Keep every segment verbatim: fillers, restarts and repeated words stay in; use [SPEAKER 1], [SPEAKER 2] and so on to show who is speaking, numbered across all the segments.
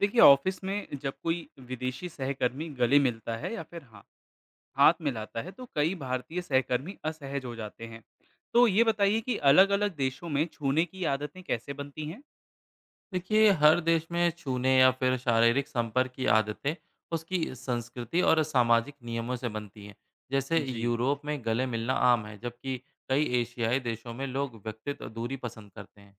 [SPEAKER 1] देखिए ऑफिस में जब कोई विदेशी सहकर्मी गले मिलता है या फिर हाँ, हाथ मिलाता है तो कई भारतीय सहकर्मी असहज हो जाते हैं। तो ये बताइए कि अलग अलग देशों में छूने की आदतें कैसे बनती हैं।
[SPEAKER 2] देखिए, हर देश में छूने या फिर शारीरिक संपर्क की आदतें उसकी संस्कृति और सामाजिक नियमों से बनती हैं। जैसे
[SPEAKER 1] जी,
[SPEAKER 2] यूरोप में गले मिलना आम है, जबकि कई एशियाई देशों में लोग व्यक्तिगत दूरी पसंद करते हैं।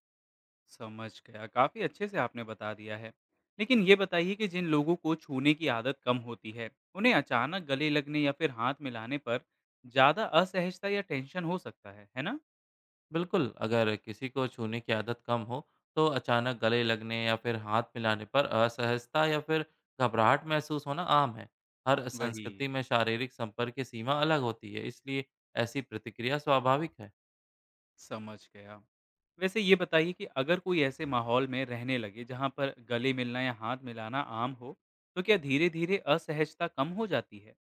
[SPEAKER 1] समझ गया। काफ़ी अच्छे से आपने बता दिया है। लेकिन ये बताइए कि जिन लोगों को छूने की आदत कम होती है, उन्हें अचानक गले लगने या फिर हाथ मिलाने पर ज़्यादा असहजता या टेंशन हो सकता है है ना।
[SPEAKER 2] बिल्कुल, अगर किसी को छूने की आदत कम हो तो अचानक गले लगने या फिर हाथ मिलाने पर असहजता या फिर घबराहट महसूस होना आम है। हर
[SPEAKER 1] वही,
[SPEAKER 2] संस्कृति में शारीरिक संपर्क की सीमा अलग होती है, इसलिए ऐसी प्रतिक्रिया स्वाभाविक है।
[SPEAKER 1] समझ गया। वैसे ये बताइए कि अगर कोई ऐसे माहौल में रहने लगे जहाँ पर गले मिलना या हाथ मिलाना आम हो, तो क्या धीरे-धीरे असहजता कम हो जाती है?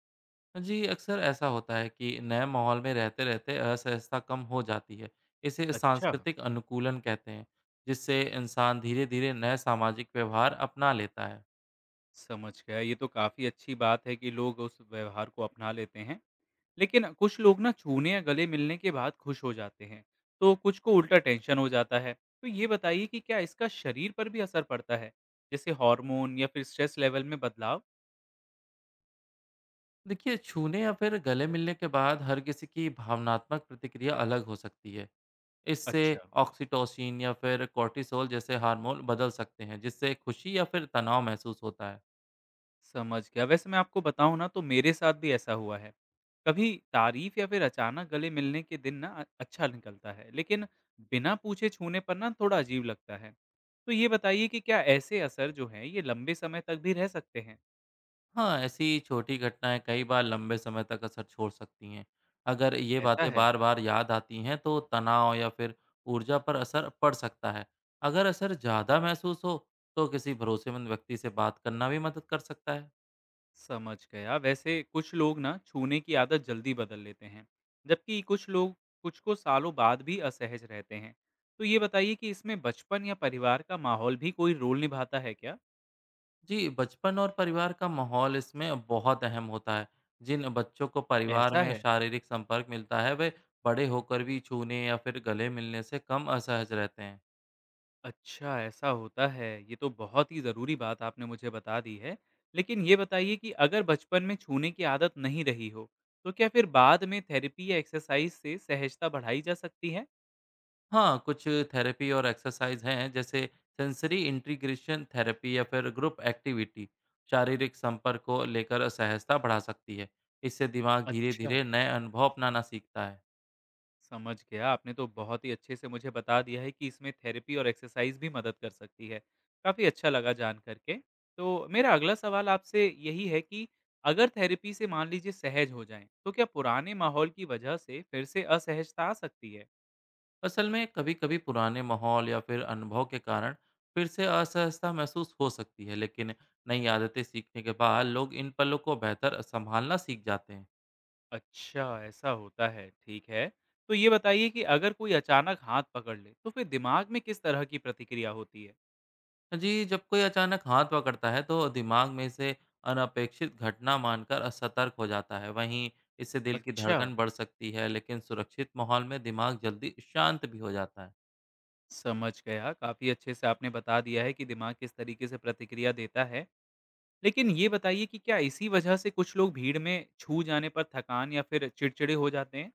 [SPEAKER 2] जी, अक्सर ऐसा होता है कि नए माहौल में रहते-रहते असहजता कम हो जाती है। इसे
[SPEAKER 1] अच्छा,
[SPEAKER 2] सांस्कृतिक अनुकूलन कहते हैं, जिससे इंसान धीरे-धीरे नए सामाजिक व्यवहार अपना लेता है।
[SPEAKER 1] समझ गया। ये तो काफ़ी अच्छी बात है कि लोग उस व्यवहार को अपना लेते हैं। लेकिन कुछ लोग ना छूने या गले मिलने के बाद खुश हो जाते हैं, तो कुछ को उल्टा टेंशन हो जाता है। तो ये बताइए कि क्या इसका शरीर पर भी असर पड़ता है? जैसे हार्मोन या फिर स्ट्रेस लेवल में बदलाव?
[SPEAKER 2] देखिए, छूने या फिर गले मिलने के बाद हर किसी की भावनात्मक प्रतिक्रिया अलग हो सकती है। इससे
[SPEAKER 1] अच्छा,
[SPEAKER 2] ऑक्सीटोसिन या फिर कॉर्टिसोल जैसे हार्मोन बदल सकते हैं, जिससे खुशी या फिर तनाव महसूस होता है।
[SPEAKER 1] समझ गया। वैसे मैं आपको बताऊँ ना, तो मेरे साथ भी ऐसा हुआ है। कभी तारीफ या फिर अचानक गले मिलने के दिन ना अ, अच्छा निकलता है, लेकिन बिना पूछे छूने पर ना थोड़ा अजीब लगता है। तो ये बताइए कि क्या ऐसे असर जो हैं ये लंबे समय तक भी रह सकते हैं?
[SPEAKER 2] हाँ, ऐसी छोटी घटनाएँ कई बार लंबे समय तक असर छोड़ सकती हैं। अगर ये
[SPEAKER 1] ऐसा
[SPEAKER 2] बातें
[SPEAKER 1] है,
[SPEAKER 2] बार-बार याद आती हैं, तो तनाव या फिर ऊर्जा पर असर पड़ सकता है। अगर असर ज़्यादा महसूस हो, तो किसी भरोसेमंद व्यक्ति से बात करना भी मदद कर सकता है।
[SPEAKER 1] समझ गया। वैसे कुछ लोग ना छूने की आदत जल्दी बदल लेते हैं, जबकि कुछ लोग कुछ को सालों बाद भी असहज रहते हैं। तो ये बताइए कि इसमें बचपन या परिवार का माहौल भी कोई रोल निभाता है क्या?
[SPEAKER 2] जी, बचपन और परिवार का माहौल इसमें बहुत अहम होता है। जिन बच्चों को परिवार
[SPEAKER 1] ऐसा
[SPEAKER 2] में
[SPEAKER 1] है।
[SPEAKER 2] शारीरिक संपर्क मिलता है, वे बड़े होकर भी छूने या फिर गले मिलने से कम असहज रहते हैं।
[SPEAKER 1] अच्छा, ऐसा होता है। ये तो बहुत ही ज़रूरी बात आपने मुझे बता दी है। लेकिन ये बताइए कि अगर बचपन में छूने की आदत नहीं रही हो, तो क्या फिर बाद में थेरेपी या एक्सरसाइज से सहजता बढ़ाई जा सकती है?
[SPEAKER 2] हाँ, कुछ थेरेपी और एक्सरसाइज हैं, जैसे सेंसरी इंटीग्रेशन थेरेपी या फिर ग्रुप एक्टिविटी शारीरिक संपर्क को लेकर सहजता बढ़ा सकती है। इससे दिमाग धीरे
[SPEAKER 1] अच्छा,
[SPEAKER 2] धीरे नए अनुभव अपनाना सीखता है।
[SPEAKER 1] समझ गया। आपने तो बहुत ही अच्छे से मुझे बता दिया है कि इसमें थेरेपी और एक्सरसाइज भी मदद कर सकती है। काफ़ी अच्छा लगा जान कर के। तो मेरा अगला सवाल आपसे यही है कि अगर थेरेपी से मान लीजिए सहज हो जाएँ, तो क्या पुराने माहौल की वजह से फिर से असहजता आ सकती है?
[SPEAKER 2] असल में कभी कभी पुराने माहौल या फिर अनुभव के कारण फिर से असहजता महसूस हो सकती है, लेकिन नई आदतें सीखने के बाद लोग इन पलों को बेहतर संभालना सीख जाते हैं।
[SPEAKER 1] अच्छा, ऐसा होता है, ठीक है। तो ये बताइए कि अगर कोई अचानक हाथ पकड़ ले, तो फिर दिमाग में किस तरह की प्रतिक्रिया होती है?
[SPEAKER 2] हाँ जी, जब कोई अचानक हाथ पकड़ता है तो दिमाग में इसे अनपेक्षित घटना मानकर असतर्क हो जाता है। वहीं इससे दिल की
[SPEAKER 1] अच्छा,
[SPEAKER 2] धड़कन बढ़ सकती है, लेकिन सुरक्षित माहौल में दिमाग जल्दी शांत भी हो जाता है।
[SPEAKER 1] समझ गया। काफ़ी अच्छे से आपने बता दिया है कि दिमाग किस तरीके से प्रतिक्रिया देता है। लेकिन ये बताइए कि क्या इसी वजह से कुछ लोग भीड़ में छू जाने पर थकान या फिर चिड़चिड़े हो जाते हैं?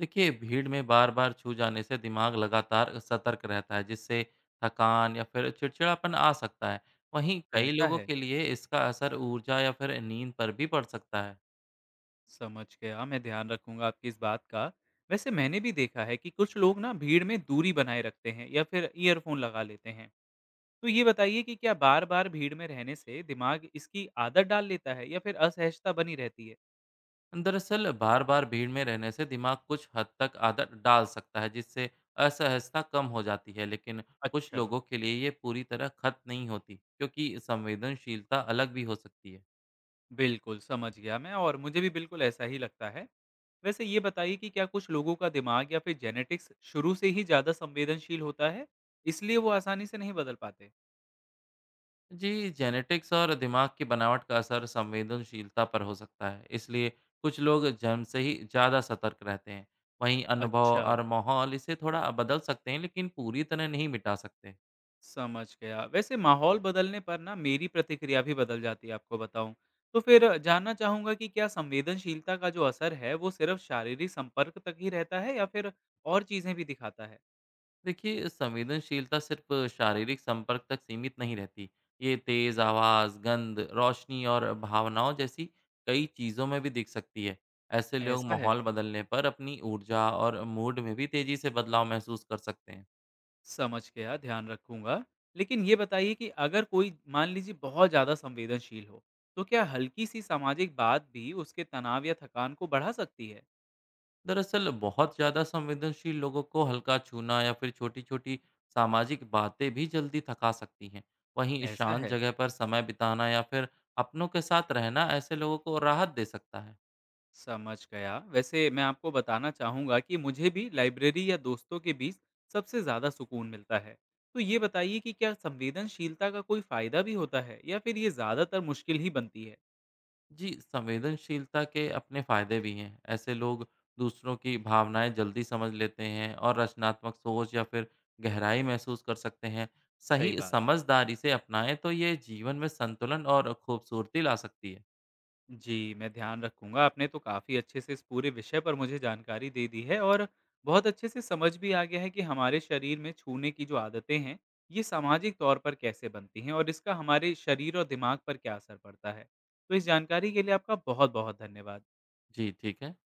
[SPEAKER 2] देखिए, भीड़ में बार-बार छू जाने से दिमाग लगातार सतर्क रहता है, जिससे थकान या फिर चिड़चिड़ापन आ सकता है। वहीं कई
[SPEAKER 1] ऐसा
[SPEAKER 2] लोगों
[SPEAKER 1] है,
[SPEAKER 2] के लिए इसका असर ऊर्जा या फिर नींद पर भी पड़ सकता है।
[SPEAKER 1] समझ गया। मैं ध्यान रखूँगा आपकी इस बात का। वैसे मैंने भी देखा है कि कुछ लोग ना भीड़ में दूरी बनाए रखते हैं या फिर ईयरफ़ोन लगा लेते हैं। तो ये बताइए कि क्या बार-बार भीड़ में रहने से दिमाग इसकी आदत डाल लेता है या फिर असहजता बनी रहती है?
[SPEAKER 2] दरअसल बार बार भीड़ में रहने से दिमाग कुछ हद तक आदत डाल सकता है, जिससे असहजता कम हो जाती है, लेकिन कुछ
[SPEAKER 1] अच्छा,
[SPEAKER 2] लोगों के लिए ये पूरी तरह खत्म नहीं होती, क्योंकि संवेदनशीलता अलग भी हो सकती है।
[SPEAKER 1] बिल्कुल समझ गया मैं, और मुझे भी बिल्कुल ऐसा ही लगता है। वैसे ये बताइए कि क्या कुछ लोगों का दिमाग या फिर जेनेटिक्स शुरू से ही ज़्यादा संवेदनशील होता है, इसलिए वो आसानी से नहीं बदल पाते?
[SPEAKER 2] जी, जेनेटिक्स और दिमाग की बनावट का असर संवेदनशीलता पर हो सकता है, इसलिए कुछ लोग जन्म से ही ज़्यादा सतर्क रहते हैं। वहीं अनुभव
[SPEAKER 1] अच्छा।
[SPEAKER 2] और माहौल इसे थोड़ा बदल सकते हैं, लेकिन पूरी तरह नहीं मिटा सकते।
[SPEAKER 1] समझ गया। वैसे माहौल बदलने पर ना मेरी प्रतिक्रिया भी बदल जाती है, आपको बताऊँ। तो फिर जानना चाहूँगा कि क्या संवेदनशीलता का जो असर है वो सिर्फ़ शारीरिक संपर्क तक ही रहता है या फिर और चीज़ें भी दिखाता है?
[SPEAKER 2] देखिए, संवेदनशीलता सिर्फ शारीरिक संपर्क तक सीमित नहीं रहती। ये तेज आवाज़, गंध, रोशनी और भावनाओं जैसी कई चीज़ों में भी दिख सकती है। ऐसे लोग
[SPEAKER 1] ऐसा है,
[SPEAKER 2] माहौल बदलने पर अपनी ऊर्जा और मूड में भी तेज़ी से बदलाव महसूस कर सकते हैं।
[SPEAKER 1] समझ गया, ध्यान रखूँगा। लेकिन ये बताइए कि अगर कोई मान लीजिए बहुत ज़्यादा संवेदनशील हो, तो क्या हल्की-सी सामाजिक बात भी उसके तनाव या थकान को बढ़ा सकती है?
[SPEAKER 2] दरअसल बहुत ज़्यादा संवेदनशील लोगों को हल्का छूना या फिर छोटी छोटी सामाजिक बातें भी जल्दी थका सकती हैं। वहीं
[SPEAKER 1] ऐसा
[SPEAKER 2] शांत
[SPEAKER 1] है।
[SPEAKER 2] जगह पर समय बिताना या फिर अपनों के साथ रहना ऐसे लोगों को राहत दे सकता है।
[SPEAKER 1] समझ गया। वैसे मैं आपको बताना चाहूँगा कि मुझे भी लाइब्रेरी या दोस्तों के बीच सबसे ज़्यादा सुकून मिलता है। तो ये बताइए कि क्या संवेदनशीलता का कोई फ़ायदा भी होता है या फिर ये ज़्यादातर मुश्किल ही बनती है?
[SPEAKER 2] जी, संवेदनशीलता के अपने फायदे भी हैं। ऐसे लोग दूसरों की भावनाएँ जल्दी समझ लेते हैं और रचनात्मक सोच या फिर गहराई महसूस कर सकते हैं।
[SPEAKER 1] सही
[SPEAKER 2] सही
[SPEAKER 1] बात है
[SPEAKER 2] समझदारी से अपनाएँ तो ये जीवन में संतुलन और खूबसूरती ला सकती है।
[SPEAKER 1] जी, मैं ध्यान रखूँगा। आपने तो काफ़ी अच्छे से इस पूरे विषय पर मुझे जानकारी दे दी है और बहुत अच्छे से समझ भी आ गया है कि हमारे शरीर में छूने की जो आदतें हैं, ये सामाजिक तौर पर कैसे बनती हैं और इसका हमारे शरीर और दिमाग पर क्या असर पड़ता है। तो इस जानकारी के लिए आपका बहुत-बहुत धन्यवाद।
[SPEAKER 2] जी, ठीक है।